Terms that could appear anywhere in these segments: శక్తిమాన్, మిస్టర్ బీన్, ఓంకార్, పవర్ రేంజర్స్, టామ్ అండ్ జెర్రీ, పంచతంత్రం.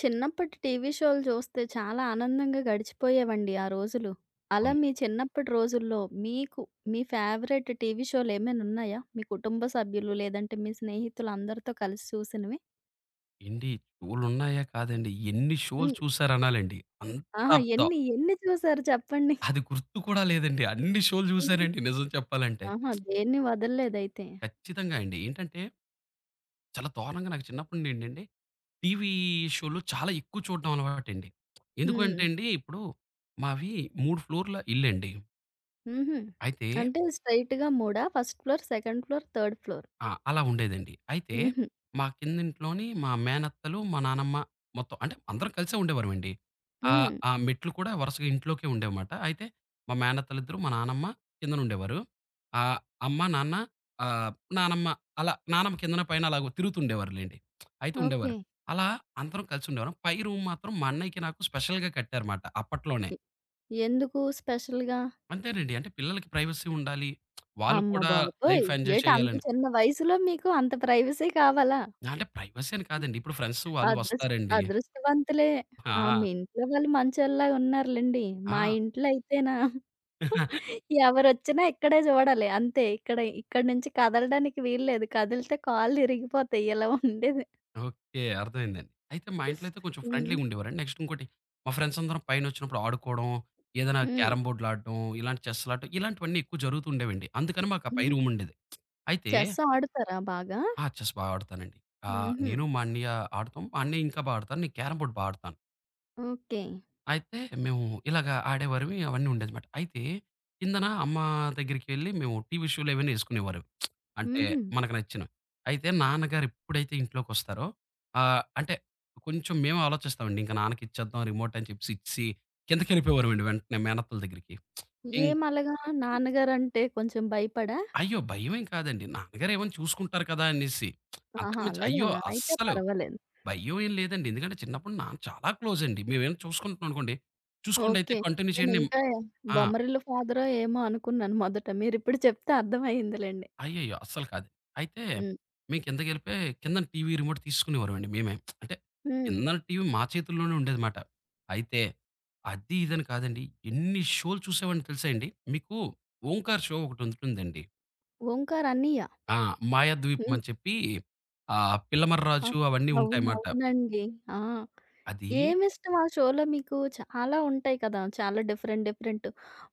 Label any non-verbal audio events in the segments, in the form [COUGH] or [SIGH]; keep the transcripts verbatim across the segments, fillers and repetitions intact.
చిన్నప్పటి TV షోలు చూస్తే చాలా ఆనందంగా గడిచిపోయేవండి ఆ రోజులు. అలా అవును. మీ చిన్నప్పటి రోజుల్లో మీకు మీ ఫేవరెట్ టీవీ షోలు ఏమైనా ఉన్నాయా? మీ కుటుంబ సభ్యులు లేదంటే మీ స్నేహితులు అందరితో కలిసి చూసినవి? ఏండి షోలున్నాయా? కాదండి. ఎన్ని షోలు హ్మ్. చూసారనాలండి. అంత ఆహా! ద ఎన్ని ఎన్ని చూసారు చెప్పండి? అది గుర్తు కూడా లేదండి. అన్ని షోలు హ్మ్. చూసానండి నిజం చెప్పాలంటే. ఆహా! దేన్ని వదలలేదైతే. ఖచ్చితంగా అండి. ఏంటంటే, చాలా దారుణంగా నాకు చిన్నప్పటి నుండి ఏంటంటే, టీవీ షోలు చాలా ఎక్కువ చూడడం అలవాటండి. ఎందుకు హ్మ్. అంటే అండి, ఇప్పుడు మావి మూడు ఫ్లోర్‌ల ఇల్లండి. హుహు. అయితే అంటే స్ట్రెయిట్‌గా మూడా? First floor, second floor, third floor. ఆ! అలా ఉండేదండి. అయితే హుహు. మా కిందింట్లోని మా మేనత్తలు, మా నానమ్మ మొత్తం అంటే అందరం కలిసే ఉండేవారమండి. ఆహ్, హ్మ్. ఆ మెట్లు కూడా వరుసగా ఇంట్లోకే ఉండేవిమాట. అయితే మా మేనత్తలిద్దరు, మా నానమ్మ కిందనుండేవారు. ఆహ్, అమ్మ, నాన్న ఆహ్, నానమ్మ అలా నానమ్మ కిందన, పైన అలాగ తిరుగుతుండేవారులెండి. అయితే ఉండేవారు. ఓకే. అలా అందరం కలిసుండేవారం. పై రూమ్ మాత్రం మా అన్నయ్యకి, నాకు స్పెషల్‌గా కట్టారుమాట అప్పట్లోనే. ఎ ఎందుకు స్పెషల్‌గా? అంతేనండి. అంటే పిల్లలకి ప్రైవసీ ఉండాలి. వాళ్ళు అమ్మ కూడా బాబోయ్! లైఫ్ ఎంజాయ్ ఏటి అంత చేయాలని. చిన్న వయసులో మీకు అంత ప్రైవసీ కావాలా? అంటే ప్రైవసీ అని కాదండి. ఇప్పుడు ఫ్రెండ్స్ వాళ్ళు అదృష్ వస్తారండి. అదృష్టవంతులే. ఆ! ఆ! మీ ఇంట్లో వాళ్ళు మంచోళ్ళలా ఉన్నారులెండి. మా ఆ! ఇంట్లో అయితేనా ఎవరొచ్చినా ఇక్కడే చూడాలి అంతే. ఇక్కడ ఇక్కడి నుంచి కదలడానికి వీల్లేదు. కదిలితే కాళ్ళు ఇరిగిపోతాయి. ఇలా ఉండేది. ఓకే. అర్థమైందండి. అయితే మా ఇంట్లో అయితే కొంచెం హ్మ్. ఫ్రెండ్లీగా ఉండేవారండి. నెక్స్ట్ ఇంకోటి మా ఫ్రెండ్స్ అందరం పైనొచ్చినప్పుడు ఆడుకోవడం, ఏదైనా హ్మ్. క్యారమ్ బోర్డ్‌లు ఆడడం, ఇలాంటి చెస్‌లు ఆడటం ఇలాంటివన్నీ ఎక్కువ జరుగుతూ ఉండేవండి. అందుకని మాకు ఆ పై హ్మ్. రూమ్ ఉండేది. అయితే చెస్ ఆడుతారా బాగా? ఆ! చెస్ బాగా ఆడతానండి. ఆహ్, హుహు. నేను మా అన్నయ్య ఆడతాం. మా అన్నయ్య ఇంకా బా ఆడతారు. నేను క్యారమ్ బోర్డ్ బా ఆడతాను. ఓకే. అయితే మేము ఇలాగ ఆడేవారివి అవన్నీ ఉండేదిమాట. అయితే కిందన అమ్మ దగ్గరికి వెళ్లి మేము టీవీ షోలు ఏవైనా యేసుకునేవారు. అంటే హుహు. మనకు నచ్చినవి. అయితే నాన్నగారు ఎప్పుడైతే ఇంట్లోకొస్తారో ఆహ్, అంటే కొంచెం మేము ఆలోచిస్తామండి. ఇంక నాన్నకిచ్చేద్దాం రిమోట్ అని చెప్పేసి ఇచ్చేసి కిందకెళ్ళిపోయేవారమండి వెంటనే మేనత్తల దగ్గరికి. ఇం ఏమలాగా నాన్నగారంటే కొంచెం భయపడా? అయ్యో! భయమేం కాదండి. నాన్నగారు ఏమన్నా చూసుకుంటారు కదా అనేసి. అంతకు ఆహా! మించి అయ్యో! అలాగానా? అయితే అస్సలు పర్వాలేదు. భయం ఏం లేదండి. ఎందుకంటే చిన్నప్పుడు నాన్న చాలా క్లోజ్ అండి. మేవేమైనా చూసుకుంటున్నాం అనుకోండి, చూసుకోండయితే ఓకే. కంటిన్యూ చేయండి. నేనింకా ఆ! బొమ్మరిల్లు ఫాదరో ఏమో అనుకున్నాను మొదట. మీరిప్పుడు చెప్తే అర్థమయిందిలెండి. అయ్యయ్యో! అస్సలు కాదు. అయితే హ్మ్. మేము కిందకెళ్ళిపోయి కిందన టీవీ రిమోట్ తీసుకునేవారమండి మేమే. అంటే హ్మ్. కిందన టీవీ మా చేతుల్లోనే ఉండేదిమాట. అయితే అది ఇదని కాదండి. ఎన్ని షోలు చూసేవాడినో తెలుసా అండి? మీకు 'ఓంకార్' షో ఒకటుంటుందండి. ఓంకార్ అన్నయ్య. ఆ! 'మాయాద్వీపం' హ్మ్. అని చెప్పి ఆహ్, అ 'పిల్లమర్రాజు' అవన్నీ అవును. ఉంటాయన్నమాట. అవునండి. ఆ! అది ఏమిష్టం ఆ షోలో మీకు? చాలా ఉంటాయి కదా! చాలా డిఫరెంట్ డిఫరెంట్.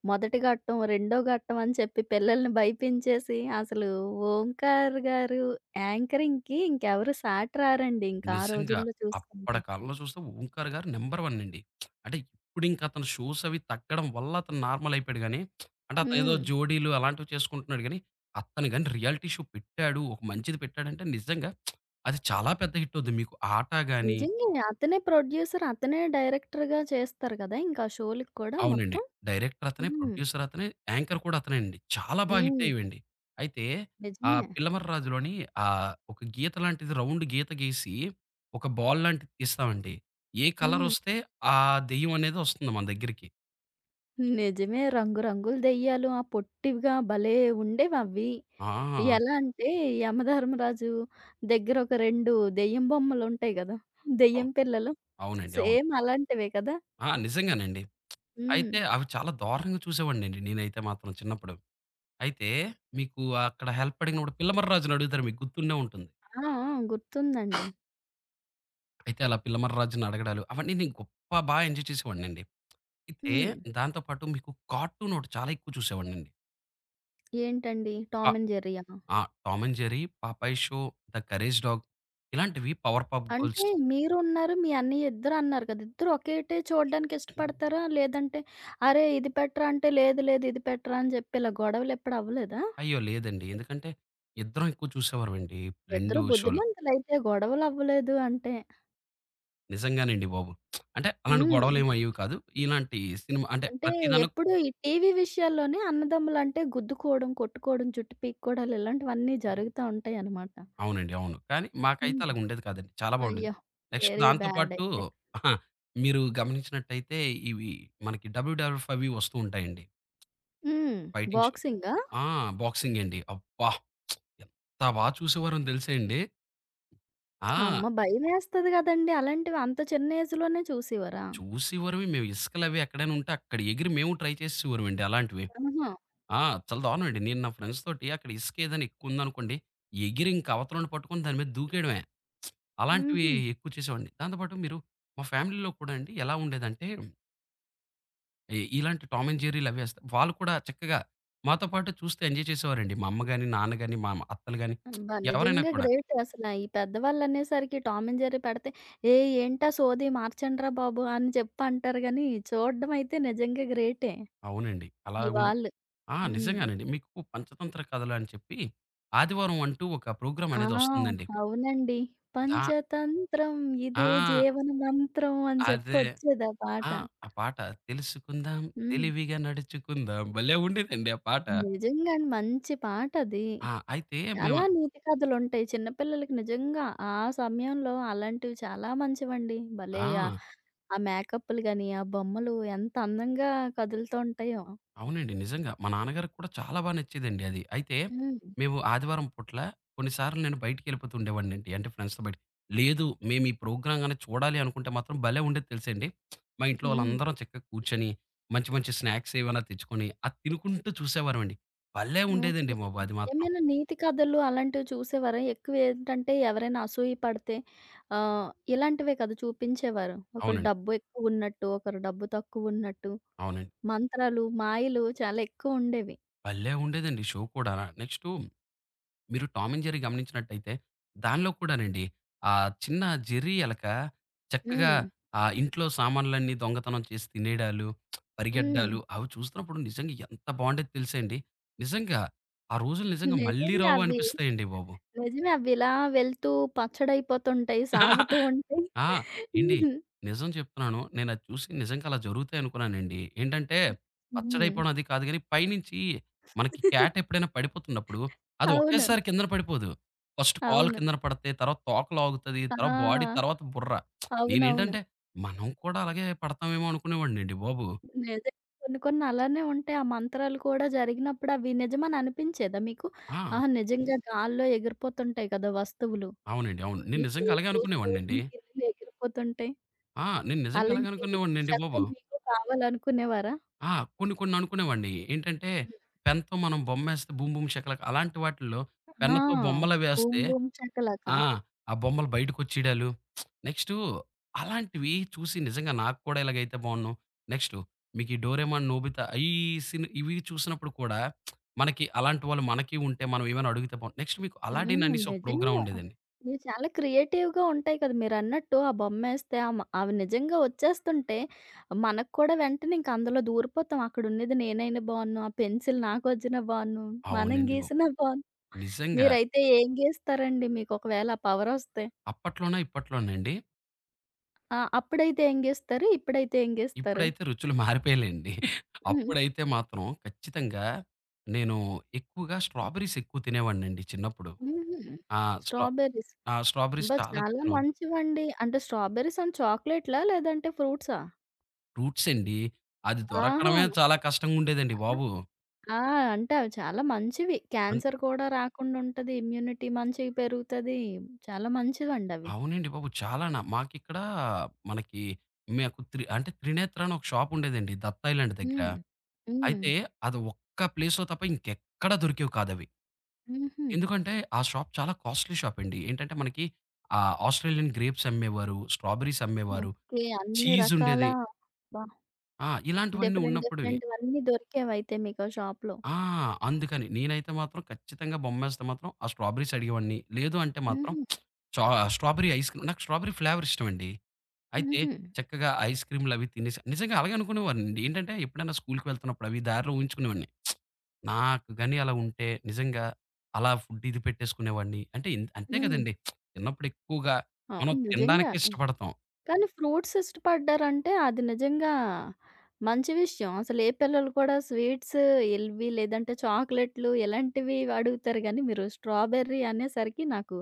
మొదటి ఘట్టం, రెండో ఘట్టం అని చెప్పి పిల్లల్ని భయపించేసి అసలు ఓంకార్ గారు యాంకరింగ్‌కి ఇంకెవరు సాటి రారండి ఇంకా ఆ నిజంగా. రోజుల్లో అప్పటి చూసుకుంటే. కాలంలో చూస్తే ఓంకార్ గారు నంబర్ వన్ అండి. అంటే ఇప్పుడు ఇంక అతను షోస్ అవి తగ్గడం వల్ల అతను నార్మల్ అయిపోయాడు గానీ, అంటే అతను ఏదో హ్మ్. జోడీలు అలాంటివి చేసుకుంటున్నాడు గానీ, అతను గాని రియాలిటీ షో పెట్టాడు, ఒక మంచిది పెట్టాడంటే నిజంగా అది చాలా పెద్ద హిట్ అవుద్ది. మీకు 'ఆట' గాని నిజంగే. అతనే ప్రొడ్యూసర్, అతనే డైరెక్టర్‌గా చేస్తారు గదా! ఇంకా ఆ షోలకి కూడా అవునండి. మొత్తం. డైరెక్టర్ అతనే, హ్మ్. ప్రొడ్యూసర్ అతనే, యాంకర్ కూడా అతనే అండి. చాలా బా హిట్ హ్మ్. అయ్యేవండి. అయితే ఆ నిజమే. 'పిల్లమర్రాజు'లోని ఆహ్, ఒక గీత లాంటిది రౌండ్ గీత గీసి, ఒక బాల్ లాంటిది తీస్తామండి. ఏ హ్మ్. కలరొస్తే ఆ దెయ్యం అనేదొస్తుంది మన దగ్గరికి. నిజమే. రంగు రంగుల దెయ్యాలు ఆ పొట్టివిగా భలే ఉండేవవి. ఆ! ఎలా అంటే యమధర్మరాజు దగ్గర ఒక రెండు దెయ్యం బొమ్మలుంటాయి గదా! దెయ్యం అవును. పిల్లలు. అవునండి. అవును. సేమ్ అలాంటివే కదా! ఆ! నిజంగానండి. హ్మ్. అయితే అవి చాలా దారుణంగా చూసేవాడినండి నేనైతే మాత్రం చిన్నప్పుడు. అయితే మీకు అక్కడ హెల్ప్ అడిగినప్పుడు 'పిల్లమర్రాజు'ని అడుగుతారు మీకు గుర్తుండే ఉంటుంది. ఆ! ఆ! గుర్తుందండి. అయితే అలా 'పిల్లమర్రాజు'ని అడగడాలు అవన్నీ నేను గొప్ప బా ఎంజాయ్ చేసేవాడినండి. అయితే హ్మ్. దాంతో పాటు మీకు కార్టూన్ ఒకటి చాలా ఎక్కువ చూసేవాడినండి. ఏంటండి? టామ్ ఆహ్, అండ్ జెర్రీయా? ఆ 'టామ్ అండ్ జెర్రీ', 'Popeye show', 'the Courage dog' ఇలాంటివి 'పవర్ పఫ్ అంటే గర్ల్స్' మీరు ఉన్నారు. మీ అన్నయ్య ఇద్దరు అన్నారు కదా! ఇద్దరు ఒకేటే చూడడానికి ఇష్టపడతారా? లేదంటే అరే! ఇది పెట్టరా అంటే లేదు లేదు ఇది పెట్టరా అని చెప్పి ఇలా గొడవలు ఎప్పుడు అవ్వలేదా? అయ్యో! లేదండి. ఎందుకంటే ఇద్దరం ఎక్కువ చూసేవారమండి రెండు ఇద్దరు షోలు. బుద్ధిమంతులైతే గొడవలు అవ్వలేదు అంటే నిజంగానండి బాబు. అంటే అలాంటి హ్మ్. గొడవలేమి అయ్యేవి కాదు. ఇలాంటి సినిమా అంటే అంటే ప్రతి దానిలో ఎప్పుడు ఈ టీవీ విషయాల్లోనే అన్నదమ్ములంటే గుద్దుకోవడం, కొట్టుకోవడం, జుట్టు పీక్కోడాలు ఇలాంటివన్నీ జరుగుతా ఉంటాయన్నమాట. అవునండి. అవును. కానీ మాకైతే హ్మ్. అలాగ ఉండేది కాదండి. చాలా బాగుండేది. అయ్యో! నెక్స్ట్ వెరీ దాంతో బ్యాడ్ పాటు అయితే. అహా! మీరు గమనించినట్టయితే ఇవి మనకి డబ్ల్యూడబ్ల్యూఎఫ్ అవి వస్తూ ఉంటాయండి. హ్మ్. ఫైటింగ్ షోలు. బాక్సింగా? ఆ! బాక్సింగండి. అబ్బా! ఎంత బా చూసేవారం తెలుసా అండి. ఆ! అమ్మ! భయమేస్తది గదండీ! అలాంటివి అంత చిన్న ఏజ్‌లోనే చూసేవారా? చూసేవారమే. మేము ఇసుకలవి ఎక్కడైనా ఉంటే అక్కడ ఎగిరి మేము ట్రై చేసేసేవారమండి అలాంటివి. ఆహా! ఆ! చాలా దారుణం అండి. నేను నా ఫ్రెండ్స్ తోటి అక్కడ ఇసుక ఏదైనా ఎక్కువుందనుకోండి, ఎగిరి ఇంక అవతలోడిని పట్టుకొని దాని మీద దూకేయడమే. అలాంటివి హుహు. ఎక్కువ చేసేవాడిని. దాంతో పాటు మీరు మా ఫ్యామిలీలో కూడా అండి ఎలా ఉండేదంటే, ఇ ఇలాంటి టామ్ అండ్ జెర్రీలవి ఏస్తా వాళ్ళు కూడా చక్కగా మాతో పాటు చూస్తూ ఎంజాయ్ చేసేవారండి. మా అమ్మ గాని, నాన్న గాని, మా అత్తలు గాని అబ్బా! ఎవరైనా నిజంగా కూడా. గ్రేట్ అసలా. ఈ పెద్దవాళ్ళనేసరికి టామ్ అండ్ జెర్రీ పెడితే, "ఏయ్! ఏంటా సోది మార్చండ్రా బాబు" అని చెప్పి అంటారు గానీ, చూడడం అయితే నిజంగా గ్రేటే అవునండి. అలా మీ ఉం వాళ్ళు. ఆ! హ్మ్. నిజంగానండి. మీకు పంచతంత్ర కథలు అని చెప్పి, ఆదివారం అంటూ ఒక ప్రోగ్రామ్ ఆ! అనేది వస్తుందండి. అవునండి. దా పంచతంత్రం ఇదే ఆ! జీవన మంత్రం అని చెప్పి అదే. వచ్చేది ఆ పాట. ఆ! ఆ పాట తెలుసుకుందాం, హ్మ్. తెలివిగా నడుచుకుందాం భలే ఉండేదండి ఆ పాట. నిజంగా అండి మంచి పాటది. ఆ! అయితే మేము చాలా నీతి కథలుంటాయి. చిన్న పిల్లలకి నిజంగా ఆ సమయంలో అలాంటివి చాలా మంచివండి. భలే! ఆ! ఆహ్, ఆ మేకప్పులు గాని, ఆ బొమ్మలు ఎంత అందంగా కదులుతూ ఉంటాయో. అవునండి. నిజంగా. మా నాన్నగారికి కూడా చాలా బా నచ్చేదండి అది. అయితే హ్మ్. మేము ఆదివారం పూట్ల కొన్నిసార్లు నేను బయటికెళ్ళిపోతూ ఉండేవాడినండి. అంటే ఫ్రెండ్స్‌తో బయట. లేదు మేము ఈ ప్రోగ్రామ్ గాని చూడాలి అనుకుంటే మాత్రం భలే ఉండేది తెలుసాండి. మా ఇంట్లో హ్మ్. వాళ్ళందరం చక్కగా కూర్చొని మంచి మంచి స్నాక్స్ ఏవైనా తెచ్చుకొని అది తినుకుంటూ చూసేవారమండి. భలే ఉండేదండి ఓకే. బాబు అది మాత్రం. ఏమైనా నీతి కథలు అలాంటివి చూసేవారా? ఎక్కువేంటంటే ఎవరైనా అసూయ పడితే ఆహ్, ఇలాంటివే కదా చూపించేవారు. ఒకళ్ళు అవునండి. డబ్బు ఎక్కువున్నట్టు, ఒకరు డబ్బు తక్కువున్నట్టు, అవునండి. మంత్రాలు, మాయలు చాలా ఎక్కువుండేవి. భలే ఉండేదండి షో కూడా. నెక్స్టు మీరు 'టామ్ అండ్ జెర్రీ' గమనించినట్టయితే దానిలో కూడానండి, ఆ చిన్న జెర్రీ ఎలక చక్కగా హ్మ్. ఆహ్, ఇంట్లో సామాన్లన్నీ దొంగతనం చేసి తినేయడాలు, హ్మ్. పరిగెడ్డాలు అవి చూస్తున్నప్పుడు నిజంగా ఎంత బావుండేది తెలుసా అండి? నిజంగా ఆ రోజులు నిజంగా మళ్ళీ నిజంగా రావు అవి అనిపిస్తాయండి బాబు. నిజమే. అవిలా వెళ్తూ పచ్చడైపోతుంటాయి. సాగుతూ ఉంటాయి. ఆ! ఏండి హుహు. నిజం చెప్తున్నాను. నేనది చూసి నిజంగా అలా జరుగుతాయనుకున్నానండి. ఏంటంటే, హ్మ్. పచ్చడయిపోవడం అది కాదు గానీ, పైనుంచి మనకి క్యాట్ ఎప్పుడైనా పడిపోతున్నప్పుడు, అది అవును. ఒకేసారి కిందన పడిపోదు. ఫస్ట్ కాళ్ళు అవును. కిందన పడతాయి. తర్వాత తోక లాగుతది. తర్వాత బాడీ, ఆ! తర్వాత బుర్ర. అవునవును. నేనేంటంటే, మనం కూడా అలాగే పడతామేమో అనుకునేవాడినండి బాబు. నిజం. కొన్ని కొన్ని అలానే ఉంటాయి. ఆ మంత్రాలు కూడా జరిగినప్పుడు అవి నిజమని అనిపించేదా మీకు? ఆ! ఆహా! నిజంగా గాల్లో ఎగిరిపోతుంటాయి కదా! వస్తువులు. అవునండి. అవును. నేను ఈ నిజంగా అలాగే ప్లేట్లు, అనుకునేవాడినండి. స్పూన్లు, గిన్నెలు ఎగిరిపోతుంటాయి. ఆ! నేను నిజంగా అలాగే అలాంటి [LAUGHS] అనుకునేవాడినండి బాబు. శక్తులు మీకు కావాలనుకునేవారా? ఆ! కొన్ని కొన్ని అనుకునేవాడిని. ఏంటంటే, పెన్‌తో మనం బొమ్మేస్తే బూమ్ బూమ్ షకలక అలాంటి వాటిల్లో ఆ! పెన్నుతో బూమ్ బొమ్మలవేస్తే బూమ్ షకలక. ఆ! ఆ బొమ్మలు బయటకొచ్చేయడాలు. నెక్స్టు అలాంటివి చూసి నిజంగా నాకు కూడా ఇలాగైతే బావున్ను. నెక్స్టు మీకీ 'డోరేమాన్', 'నోబితా' ఈ సిన్ ఇవి చూసినప్పుడు కూడా మనకి అలాంటి వాళ్ళు మనకి ఉంటే మనం ఏమైనా అడిగితే బావుండు. నెక్స్ట్ మీకు 'అలడిన్' హ్మ్. అనేసి ఒక ప్రోగ్రామ్ నిజంగా. ఉండేదండి. ఇవి చాలా క్రియేటివ్‌గా ఉంటాయి కదా! మీరన్నట్టు ఆ బొమ్మేస్తే ఆమ అవి నిజంగా వచ్చేస్తుంటే మనకు కూడా వెంటనే ఇంక అందులో దూరిపోతాం. అక్కడున్నది నేనైనా బావున్ను, ఆ పెన్సిల్ నాకొచ్చినా బావున్ను, మనం అవునండి బాబు! గీసినా బావున్ను. నిజంగా మీరైతే ఏం గీస్తారండి మీకొకవేళ ఆ పవరొస్తే? అప్పట్లోనా? ఇప్పట్లోనండి? ఆ! అప్పుడైతే ఏం గీస్తారు? ఇప్పుడైతే ఏం గీస్తారు? ఇప్పుడైతే రుచులు మారిపోయాయిలెండి. హ్మ్. అప్పుడైతే మాత్రం ఖచ్చితంగా నేను ఎక్కువగా స్ట్రాబెర్రీస్ ఎక్కువ తినేవాడినండి చిన్నప్పుడు. హుహు. ఆ! Straw strawberries. ఆ! స్ట్రాబెర్రీస్ అబ్బా! చాలా ఎక్కువ చాలా తినేవాడిని. మంచివండి. అంటే స్ట్రాబెర్రీస్ అండ్ చాక్లేట్‌లా? లేదంటే ఫ్రూట్సా? ఫ్రూట్స్ అండి. అది ఆహా! దొరకడమే చాలా కష్టంగా ఉండేదండి బాబు. ఆ! అంటే అవి చాలా మంచివి. అన్ క్యాన్సర్ కూడా రాకుండుంటది. ఇమ్యూనిటీ మంచిగ పెరుగుతది. చాలా మంచివండవి. అవునండి బాబు. చాలానా మాకిక్కడ మనకి మాకు త్రి అంటే త్రినేత్ర అని ఒక షాప్ ఉండేదండి దత్తా ఐలాండ్ దగ్గర. హ్మ్. హ్మ్. అయితే అది ఒక్క ప్లేస్‌లో తప్ప ఇంకెక్కడా దొరికేవి కాదవి. హుహు. ఎందుకంటే ఆ షాప్ చాలా కాస్ట్‌లీ షాప్ అండి. ఏంటంటే మనకి ఆహ్, ఆస్ట్రేలియన్ గ్రేప్స్ అమ్మేవారు, స్ట్రాబెర్రీస్ అమ్మేవారు, ఓకే. అన్ని చీజ్ రకాల ఉండేది. అబ్బా! ఆ! ఇలాంటివన్నీ డిఫరెంట్ ఉన్నప్పుడువి డిఫరెంట్‌వన్నీ దొరికేవయితే మీకా షాప్‌లో. ఆ! అందుకని నేనైతే మాత్రం ఖచ్చితంగా బొమ్మేస్తే మాత్రం ఆ స్ట్రాబెర్రీస్ అడిగేవాడిని. లేదు అంటే మాత్రం హుహు. చా స్ట్రాబెర్రీ ఐస్ క్రీమ్ నాకు స్ట్రాబెర్రీ ఫ్లేవర్ ఇష్టమండి. అయితే హుహు. చక్కగా ఐస్ క్రీమ్‌లవి తినేసి నిజంగా అలాగే అనుకునేవాడినండి. ఏంటంటే ఎప్పుడైనా స్కూల్‌కి వెళ్తున్నప్పుడు అవి దారిలో ఊహించుకునేవాడిని. నాకు గాని అలా ఉంటే నిజంగా అలా ఫుడ్ ఇది పెట్టేసుకునేవాడిని. అంటే ఇన్ అంతే హ్మ్. కదండీ! చిన్నప్పుడు ఎక్కువగా మనం అవును. నిజంగా. తినడానికే ఇష్టపడతాం. కానీ ఫ్రూట్స్ ఇష్టపడ్డారంటే అది నిజంగా మంచి విషయం. అసలు ఏ పిల్లలు కూడా స్వీట్స్ ఇవి లేదంటే చాక్లెట్‌లు ఇలాంటివి అడుగుతారు గానీ, మీరు స్ట్రాబెర్రీ అనేసరికి నాకు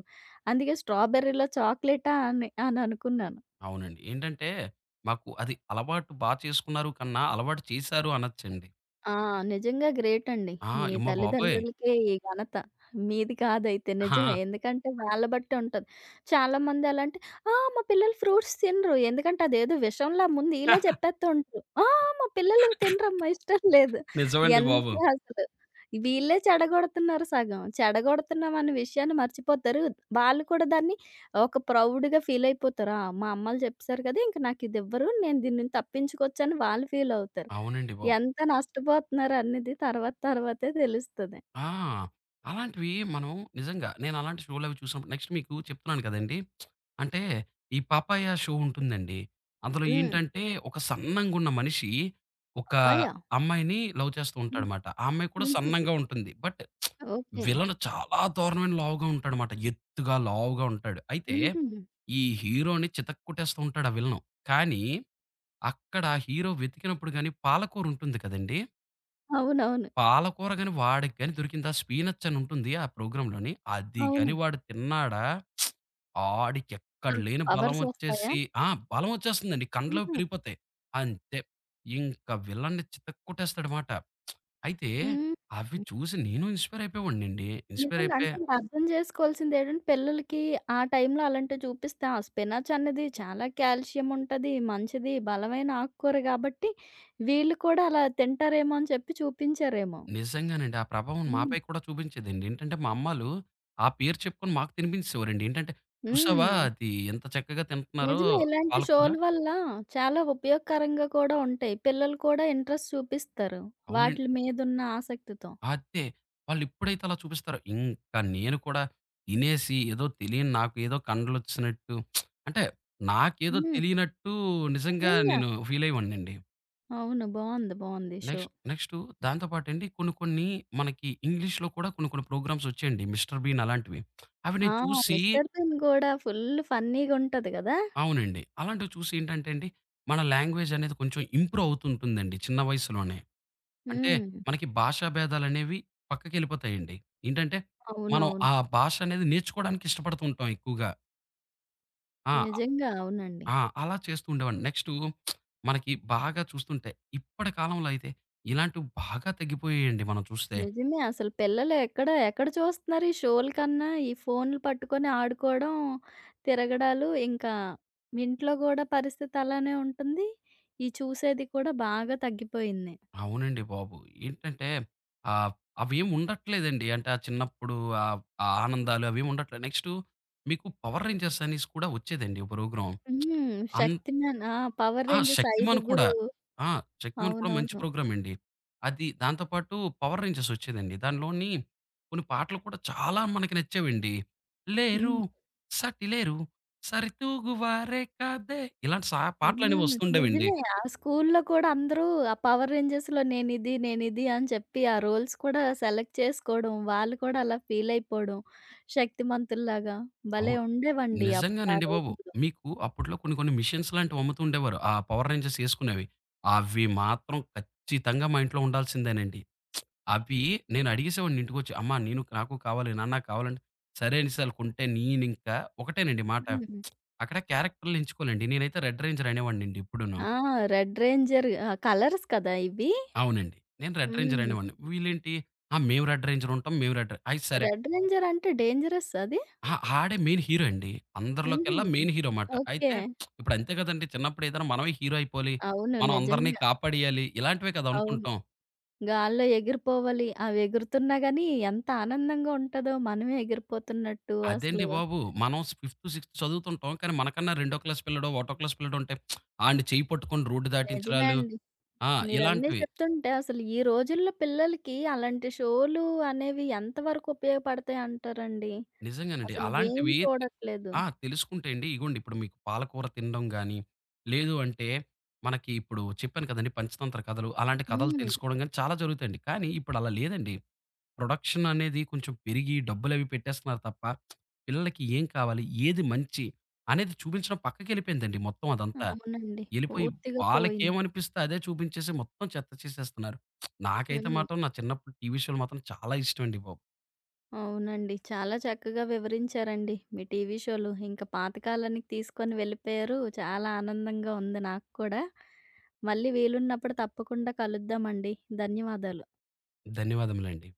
అందుకే స్ట్రాబెర్రీలో చాక్లెటా అని అని అనుకున్నాను. అవునండి. ఏంటంటే మాకు అది అలవాటు బా చేసుకున్నారు కన్నా అలవాటు చేశారు అనొచ్చండి. ఆ! నిజంగా గ్రేటండి. ఆ! మీ ఎమ్మ బాబోయ్! తల్లిదండ్రులకే ఈ ఘనత. మీది కాదైతే నిజమే. ఆ! ఎందుకంటే వాళ్ళ బట్టి ఉంటది. చాలామంది ఎలా అంటే, "ఆ! మా పిల్లలు ఫ్రూట్స్ తినరు. ఎందుకంటే అదేదో విషంలా ముందు ఈళ్ళే [LAUGHS] చెప్పేస్తూ ఉంటారు. ఆ! మా పిల్లలు తినరమ్మా ఇష్టం లేదు." నిజమండి బాబు. ఎంత అసలు వీళ్ళే చెడగొడుతున్నారు సగం. చెడగొడుతున్నాం అనే విషయాన్ని మర్చిపోతారు. వాళ్ళు కూడా దాన్ని ఒక ప్రౌడ్‌గా ఫీల్ అయిపోతారు. ఆ! మా అమ్మలు చెప్పేసారు కదా! ఇంక నాకిదివ్వరు. నేను దీన్ని తప్పించుకోవచ్చని వాళ్ళు ఫీల్ అవుతారు. అవునండి బాబు. ఎంత నష్టపోతున్నారు అనేది తర్వాత తర్వాతే తెలుస్తది. ఆ! అలాంటివి మనం నిజంగా నేను అలాంటి షోలవి చూసినప్పుడు నెక్స్ట్ మీకు చెప్తున్నాను కదండీ! అంటే ఈ 'పాపాయ' షో ఉంటుందండి. అందులో హ్మ్. ఏంటంటే ఒక సన్నంగున్న మనిషి ఒక పపాయా? అమ్మాయిని లవ్ చేస్తూ హ్మ్. ఉంటాడమాట. ఆ అమ్మాయి కూడా హుహు. సన్నంగా ఉంటుంది. But okay. విలన్ చాలా దారుణమైన లావుగా ఉంటాడమాట. ఎత్తుగా, లావుగా ఉంటాడు. అయితే హుహు. ఈ హీరోని చితక కొట్టేస్తూ ఉంటాడు ఆ విలను. కానీ అక్కడ హీరో వెతికినప్పుడు గాని పాలకూర ఉంటుంది కదండీ! అవునవును. పాలకూర గాని వాడికి గాని దొరికిందా స్పీనచ్ అని ఉంటుంది ఆ ప్రోగ్రామ్‌లోని. అది అవునా? గాని వాడు తిన్నాడా ఆడికి ఎక్కడ ఆ! లేని పవర్సొస్తాయా? బలమొచ్చేసి ఆ! బలమొచ్చేస్తుందండి. కండలు హుహు. పెరిగిపోతాయి. అంతే. ఇంక విలన్ని చితక్కొట్టేస్తాడు మాట. అయితే హ్మ్. అవి హ్మ్. చూసి నేను ఇన్‌స్పైర్ అయిపోయేవాడినండి. ఇన్‌స్పైర్ నిజంగా. అయిపోయి అంటే మీరు అర్థం చేసుకోవాల్సింది ఏంటంటే పిల్లలకి ఆ టైంలో అలాంటివి చూపిస్తే ఆ స్పినాచ్ అనేది చాలా కాల్షియం ఉంటది. మంచిది. బలమైన ఆకుకూర కాబట్టి వీళ్ళు కూడా అలా తింటారేమో అని చెప్పి చూపించారేమో. నిజంగానండి. ఆ ప్రభావం హ్మ్. మాపై కూడా చూపించేదండి. ఏంటంటే మా అమ్మలు ఆ పేరు చెప్పుకొని మాకు తినిపించేసేవారండి. ఏంటంటే, "చూసావా హ్మ్. అది ఎంత చక్కగా తింటున్నారో నిజమే. ఇలాంటి పాలకూర". షోల వల్ల చాలా ఉపయోగకరంగా కూడా ఉంటాయి. పిల్లలు కూడా ఇంట్రెస్ట్ చూపిస్తారు. అవునం వాటిల మీదున్న ఆసక్తితో. అదే. వాళ్ళిప్పుడైతే అలా చూపిస్తారో, ఇంకా నేను కూడా తినేసి ఏదో తెలియని నాకు ఏదో కండలొచ్చినట్టు అంటే నాకేదో హ్మ్. తెలియనట్టు నిజంగా నిజంగా. నేను ఫీల్ అయ్యేవాడినండి. అవును. బావుంది. బావుంది ఈ షో. నెక్స్ట్ నెక్స్టు దాంతో పాటండి కొన్ని కొన్ని మనకి ఇంగ్లీష్‌లో కూడా కొన్ని కొన్ని ప్రోగ్రామ్స్ వచ్చాయండి. 'మిస్టర్ బీన్' అలాంటివి. అవి ఆ! నేను చూసి 'మిస్టర్ బీన్' కూడా ఫుల్ ఫన్నీ‌గుంటది గదా! అవునండి. అలాంటివి చూసి ఏంటంటే అండి, మన లాంగ్వేజ్ అనేది కొంచెం ఇంప్రూవ్ అవుతుంటుందండి చిన్న వయసులోనే. అంటే హ్మ్. మనకి భాషా భేదాలనేవి పక్కకెళ్ళిపోతాయండి. ఏంటంటే, మనం అవునవును. ఆ భాష అనేది నేర్చుకోవడానికి ఇష్టపడుతూ ఉంటాం ఎక్కువగా. ఆ! నిజంగా. అవునండి. ఆ! అలా చేస్తూ ఉండేవాడిని. నెక్స్టు మనకి బాగా చూస్తుంటే, ఇప్పటి కాలంలో అయితే ఇలాంటివి బాగా తగ్గిపోయాయండి మనం చూస్తే. నిజమే. అసలు పిల్లలు ఎక్కడ, ఎక్కడ చూస్తున్నారు ఈ షోల కన్నా, ఈ ఫోన్‌లు పట్టుకొని ఆడుకోవడం, తిరగడాలు, ఇంకా ఇంట్లో గూడా పరిస్థితి అలానే ఉంటుంది. ఈ చూసేది కూడా బాగా తగ్గిపోయింది. అవునండి బాబు! ఏంటంటే, ఆహ్, అవేం ఉండట్లేదండి. అంటే, ఆ చిన్నప్పుడు ఆహ్, ఆ ఆనందాలు అవేం ఉండట్లేదు. నెక్స్టు మీకు 'పవర్ రేంజర్స్' అనేసి కూడా వచ్చేదండి ఓ ప్రోగ్రామ్. హ్మ్. అంద్ 'శక్తిమాన్' ఆ! 'పవర్ ఆ! రేంజర్స్' 'శక్తిమాన్' ఐదుగురు కూడా. ఆ! 'శక్తిమాన్' కూడా మంచి అవునవును. ప్రోగ్రామ్ అండి. అది దాంతో పాటు 'పవర్ రేంజర్స్' వచ్చేదండి. దానిలోని కొన్ని పాటలు కూడా చాలా మనకి నచ్చేవండి. 'లేరు హ్మ్. సాటి లేరు సరితూగువారే కాదే' ఇలాంటి సా పాటలనేవి హ్మ్. వస్తుండేవండి. నిజమే. ఆ స్కూల్లో కూడా అందరూ ఆ పవర్ రేంజర్స్‌లో నేనిది, నేనిది అని చెప్పి ఆ రోల్స్ కూడా సెలెక్ట్ చేసుకోవడం, వాళ్ళు కూడా అలా ఫీల్ అయిపోవడం శక్తిమంతుల్లాగా. భలే అవును. ఉండేవండి అప్పుడు ఆ నిజంగానండి బాబు. రోజుల్లో. మీకు అప్పట్లో కొన్ని కొన్ని మిషన్స్ లాంటివి అమ్ముతూ ఉండేవారు. ఆ 'పవర్ రేంజర్స్' ఏసుకునేవి. అవి మాత్రం ఖచ్చితంగా మా ఇంట్లో ఉండాల్సిందేనండి. అవి నేను అడిగేసేవాడిని ఇంటికొచ్చి. అమ్మా! నేను నాకు కావాలి, నాన్న కావాలంటే, సరే అనేసి ఆళ్ళు కొంటే నేనింకా ఒకటేనండి మాట. హ్మ్. అక్కడ క్యారెక్టర్‌లు ఎంచుకోలేండి. నేనైతే రెడ్ రేంజర్ అనేవాడినండి ఇప్పుడును. ఆ! రెడ్ రేంజర్ ఆహ్, కలర్స్ కదా ఇవి. అవునండి. నేను రెడ్ రేంజర్ హ్మ్. అనేవాడిని. వీళ్ళేంటి, ఆ! మేము రెడ్ రేంజర్ ఉంటాం. మేము రెడ్ అయి సరే. రెడ్ రేంజర్ అంటే డేంజరస్సా అది? అహా! ఆడే మెయిన్ హీరో అండి. హుహు. అందరిలోకెల్లా మెయిన్ హీరో మాట. ఓకే. అయితే ఇప్పుడు అంతే కదండీ! చిన్నప్పుడు ఏదైనా మనమే హీరో అయిపోవాలి. అవును. మనం అందరిని నిజంగా. కాపాడేయాలి. ఇలాంటివే కదా! అవును. అనుకుంటాం. గాల్లో ఎగిరిపోవాలి. అవి ఎగురుతున్నా గాని ఎంత ఆనందంగా ఉంటదో మనమే ఎగిరిపోతున్నట్టు అసలు అదేండి బాబు! మనం ఫిఫ్త్, సిక్స్త్ చదువుతుంటాం. కానీ మనకన్నా రెండో క్లాస్ పిల్లాడో, ఒకటో క్లాస్ పిల్లాడో ఉంటే ఆడిని చెయ్యి పట్టుకొని రోడ్డు నిజమే దాటించడాలు అండి. ఆ! మీరన్నీ ఇలాంటివి. చెప్తుంటే అసలు ఈ రోజుల్లో పిల్లలకి అలాంటి షోలు అనేవి ఎంతవరకు ఉపయోగపడతాయి అంటారండి? నిజంగానండి. అసలు ఏం అలాంటివి చూడట్లేదు. ఆ! తెలుసుకుంటే అండి ఇగోండి ఇప్పుడు మీకు పాలకూర తినడం గాని, లేదు అంటే మనకి ఇప్పుడు చెప్పాను కదండీ పంచతంత్ర కథలు, అలాంటి కథలు హ్మ్. తెలుసుకోవడం గాని చాలా జరుగుతాయండి. కానీ ఇప్పుడు అలా లేదండి. ప్రొడక్షన్ అనేది కొంచెం పెరిగి డబ్బులవి పెట్టేస్తున్నారు తప్ప, పిల్లలకి ఏం కావాలి? ఏది మంచి? అనేది చూపించడం పక్కకెళ్ళిపోయిందండి మొత్తం అదంతా. అవునండి. ఎళ్ళిపోయి పూర్తిగా పోయింది. వాళ్ళకేమనిపిస్తే అదే చూపించేసి మొత్తం చెత్త చేసేస్తున్నారు. నాకైతే హ్మ్. మాత్రం నా చిన్నప్పుడు టీవీ షోలు మాత్రం చాలా ఇష్టమండి బాబు. అవునండి. చాలా చక్కగా వివరించారండి మీ టీవీ షోలు. ఇంకా పాత కాలానికి తీసుకొని వెళ్ళిపోయారు. చాలా ఆనందంగా ఉంది నాకు కూడా. మళ్ళీ వీలున్నప్పుడు తప్పకుండా కలుద్దామండి. ధన్యవాదాలు. ధన్యవాదములండి.